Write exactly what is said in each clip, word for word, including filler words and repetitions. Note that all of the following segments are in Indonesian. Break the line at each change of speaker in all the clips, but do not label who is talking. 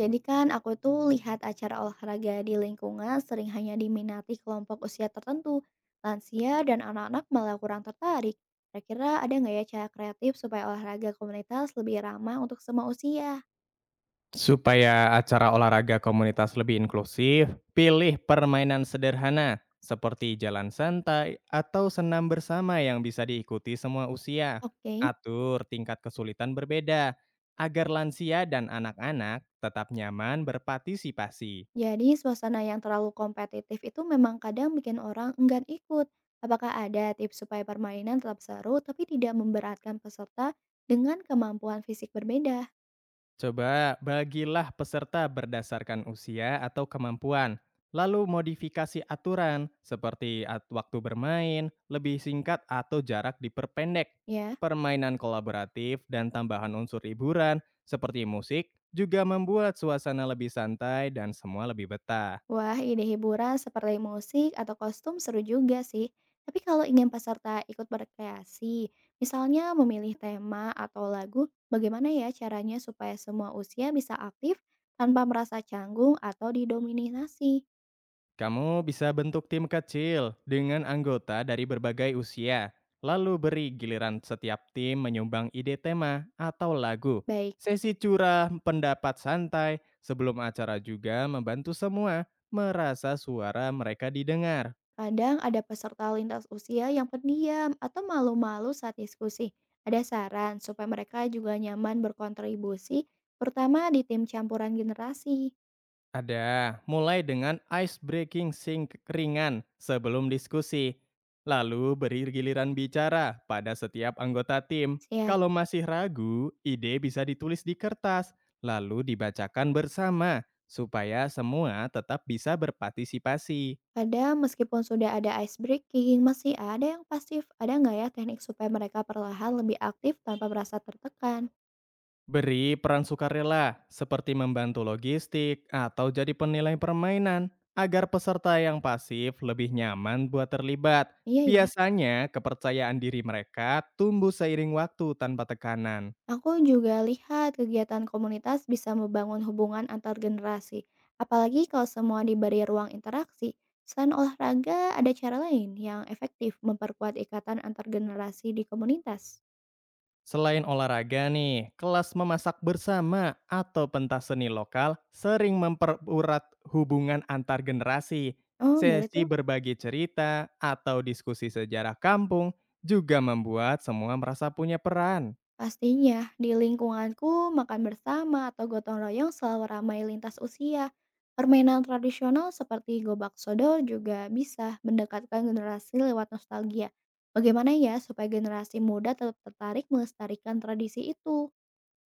Jadi kan aku tuh lihat acara olahraga di lingkungan sering hanya diminati kelompok usia tertentu. Lansia dan anak-anak malah kurang tertarik. Kira-kira ada nggak ya cara kreatif supaya olahraga komunitas lebih ramah untuk semua usia?
Supaya acara olahraga komunitas lebih inklusif, pilih permainan sederhana seperti jalan santai atau senam bersama yang bisa diikuti semua usia.
Oke,
Atur tingkat kesulitan berbeda agar lansia dan anak-anak tetap nyaman berpartisipasi.
jadi suasana yang terlalu kompetitif itu memang kadang bikin orang enggan ikut. Apakah ada tips supaya permainan tetap seru tapi tidak memberatkan peserta dengan kemampuan fisik berbeda?
Coba bagilah peserta berdasarkan usia atau kemampuan. Lalu modifikasi aturan seperti at- waktu bermain, lebih singkat atau jarak diperpendek.
Ya.
Permainan kolaboratif dan tambahan unsur hiburan seperti musik juga membuat suasana lebih santai dan semua lebih betah.
Wah, ide hiburan seperti musik atau kostum seru juga sih. Tapi kalau ingin peserta ikut berkreasi, misalnya memilih tema atau lagu, bagaimana ya caranya supaya semua usia bisa aktif tanpa merasa canggung atau didominasi?
Kamu bisa bentuk tim kecil dengan anggota dari berbagai usia, lalu beri giliran setiap tim menyumbang ide tema atau lagu.
Baik,
Sesi curah pendapat santai sebelum acara juga membantu semua merasa suara mereka didengar.
kadang ada peserta lintas usia yang pendiam atau malu-malu saat diskusi. Ada saran supaya mereka juga nyaman berkontribusi, terutama di tim campuran generasi.
Ada, mulai dengan ice breaking sing ringan sebelum diskusi. Lalu beri giliran bicara pada setiap anggota tim.
Siap.
Kalau masih ragu, ide bisa ditulis di kertas, lalu dibacakan bersama supaya semua tetap bisa berpartisipasi.
Kadang meskipun sudah ada ice breaking, masih ada yang pasif. Ada nggak ya teknik supaya mereka perlahan lebih aktif tanpa merasa tertekan?
Beri peran sukarela, seperti membantu logistik atau jadi penilai permainan, agar peserta yang pasif lebih nyaman buat terlibat.
Iya ya,
Biasanya, kepercayaan diri mereka tumbuh seiring waktu tanpa tekanan.
aku juga lihat kegiatan komunitas bisa membangun hubungan antar generasi. Apalagi kalau semua diberi ruang interaksi. Selain olahraga, ada cara lain yang efektif memperkuat ikatan antar generasi di komunitas.
Selain olahraga nih, kelas memasak bersama atau pentas seni lokal sering mempererat hubungan antar generasi.
Oh, boleh
Sesi
tuh.
berbagi cerita atau diskusi sejarah kampung juga membuat semua merasa punya peran.
Pastinya, di lingkunganku makan bersama atau gotong royong selalu ramai lintas usia. Permainan tradisional seperti gobak sodor juga bisa mendekatkan generasi lewat nostalgia. Bagaimana ya supaya generasi muda tetap tertarik melestarikan tradisi itu?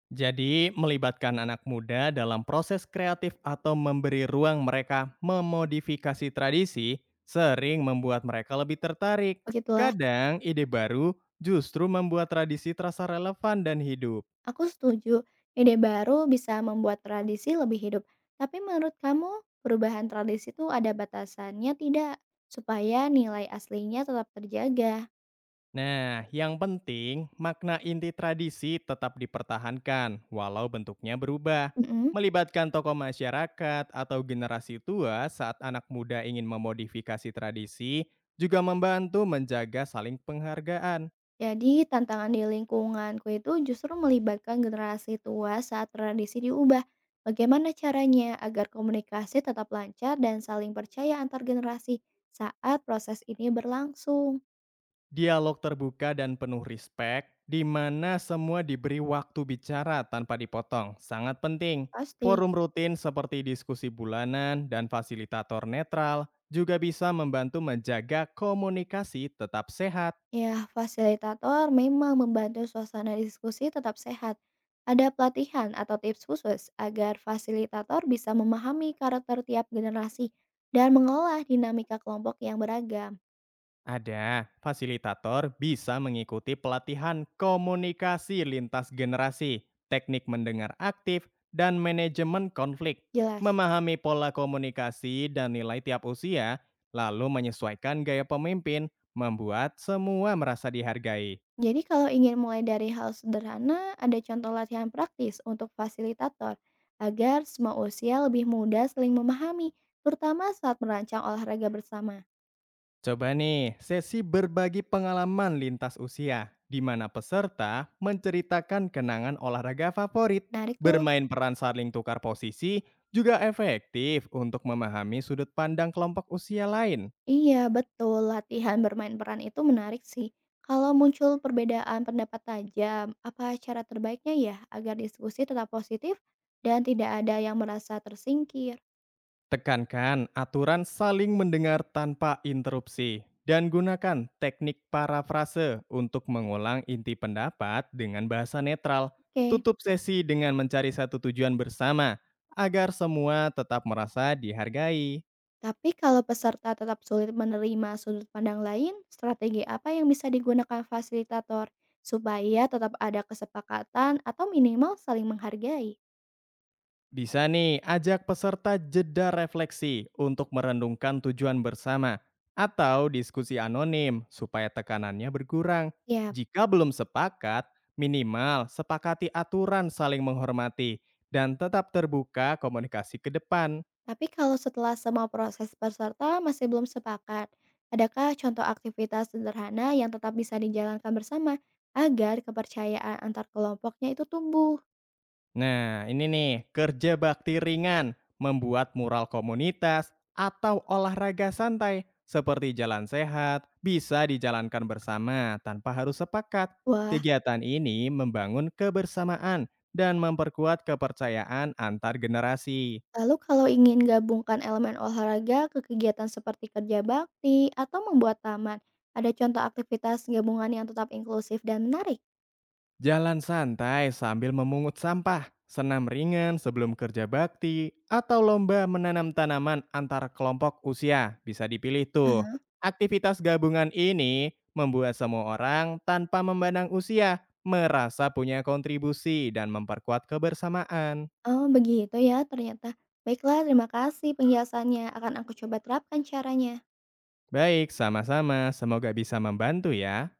Jadi, melibatkan anak muda dalam proses kreatif atau memberi ruang mereka memodifikasi tradisi sering membuat mereka lebih tertarik.
Begitulah,
Kadang, ide baru justru membuat tradisi terasa relevan dan hidup.
aku setuju. Ide baru bisa membuat tradisi lebih hidup. Tapi menurut kamu, perubahan tradisi itu ada batasannya tidak? Supaya nilai aslinya tetap terjaga.
Nah, yang penting, makna inti tradisi tetap dipertahankan, walau bentuknya berubah.
Mm.
Melibatkan tokoh masyarakat atau generasi tua saat anak muda ingin memodifikasi tradisi juga membantu menjaga saling penghargaan.
Jadi, tantangan di lingkunganku itu justru melibatkan generasi tua saat tradisi diubah. Bagaimana caranya agar komunikasi tetap lancar dan saling percaya antar generasi saat proses ini berlangsung?
Dialog terbuka dan penuh respek, di mana semua diberi waktu bicara tanpa dipotong, sangat penting.
Pasti.
Forum rutin seperti diskusi bulanan dan fasilitator netral juga bisa membantu menjaga komunikasi tetap sehat.
Ya, fasilitator memang membantu suasana diskusi tetap sehat. Ada pelatihan atau tips khusus agar fasilitator bisa memahami karakter tiap generasi dan mengelola dinamika kelompok yang beragam.
Ada, fasilitator bisa mengikuti pelatihan komunikasi lintas generasi, teknik mendengar aktif, dan manajemen konflik.
Jelas.
Memahami pola komunikasi dan nilai tiap usia, lalu menyesuaikan gaya pemimpin, membuat semua merasa dihargai.
Jadi kalau ingin mulai dari hal sederhana, ada contoh latihan praktis untuk fasilitator agar semua usia lebih mudah saling memahami, terutama saat merancang olahraga bersama.
Coba nih, sesi berbagi pengalaman lintas usia, di mana peserta menceritakan kenangan olahraga favorit.
Menarik tuh.
Bermain peran saling tukar posisi juga efektif untuk memahami sudut pandang kelompok usia lain.
Iya, betul. Latihan bermain peran itu menarik sih. Kalau muncul perbedaan pendapat tajam, apa cara terbaiknya ya agar diskusi tetap positif dan tidak ada yang merasa tersingkir?
Tekankan aturan saling mendengar tanpa interupsi dan gunakan teknik parafrase untuk mengulang inti pendapat dengan bahasa netral.
Oke.
Tutup sesi dengan mencari satu tujuan bersama agar semua tetap merasa dihargai.
Tapi kalau peserta tetap sulit menerima sudut pandang lain, strategi apa yang bisa digunakan fasilitator supaya tetap ada kesepakatan atau minimal saling menghargai?
Bisa nih ajak peserta jeda refleksi untuk merenungkan tujuan bersama atau diskusi anonim supaya tekanannya berkurang.
Ya,
Jika belum sepakat, minimal sepakati aturan saling menghormati dan tetap terbuka komunikasi ke depan.
tapi kalau setelah semua proses peserta masih belum sepakat, adakah contoh aktivitas sederhana yang tetap bisa dijalankan bersama agar kepercayaan antar kelompoknya itu tumbuh?
Nah, ini nih, kerja bakti ringan, membuat mural komunitas, atau olahraga santai seperti jalan sehat bisa dijalankan bersama tanpa harus sepakat.
Wah.
Kegiatan ini membangun kebersamaan dan memperkuat kepercayaan antar generasi.
Lalu kalau ingin gabungkan elemen olahraga ke kegiatan seperti kerja bakti atau membuat taman, ada contoh aktivitas gabungan yang tetap inklusif dan menarik?
Jalan santai sambil memungut sampah, senam ringan sebelum kerja bakti, atau lomba menanam tanaman antar kelompok usia bisa dipilih tuh.
Ah.
Aktivitas gabungan ini membuat semua orang tanpa memandang usia merasa punya kontribusi dan memperkuat kebersamaan.
Oh, begitu ya ternyata. Baiklah, terima kasih penjelasannya. Akan aku coba terapkan caranya.
Baik, sama-sama. Semoga bisa membantu ya.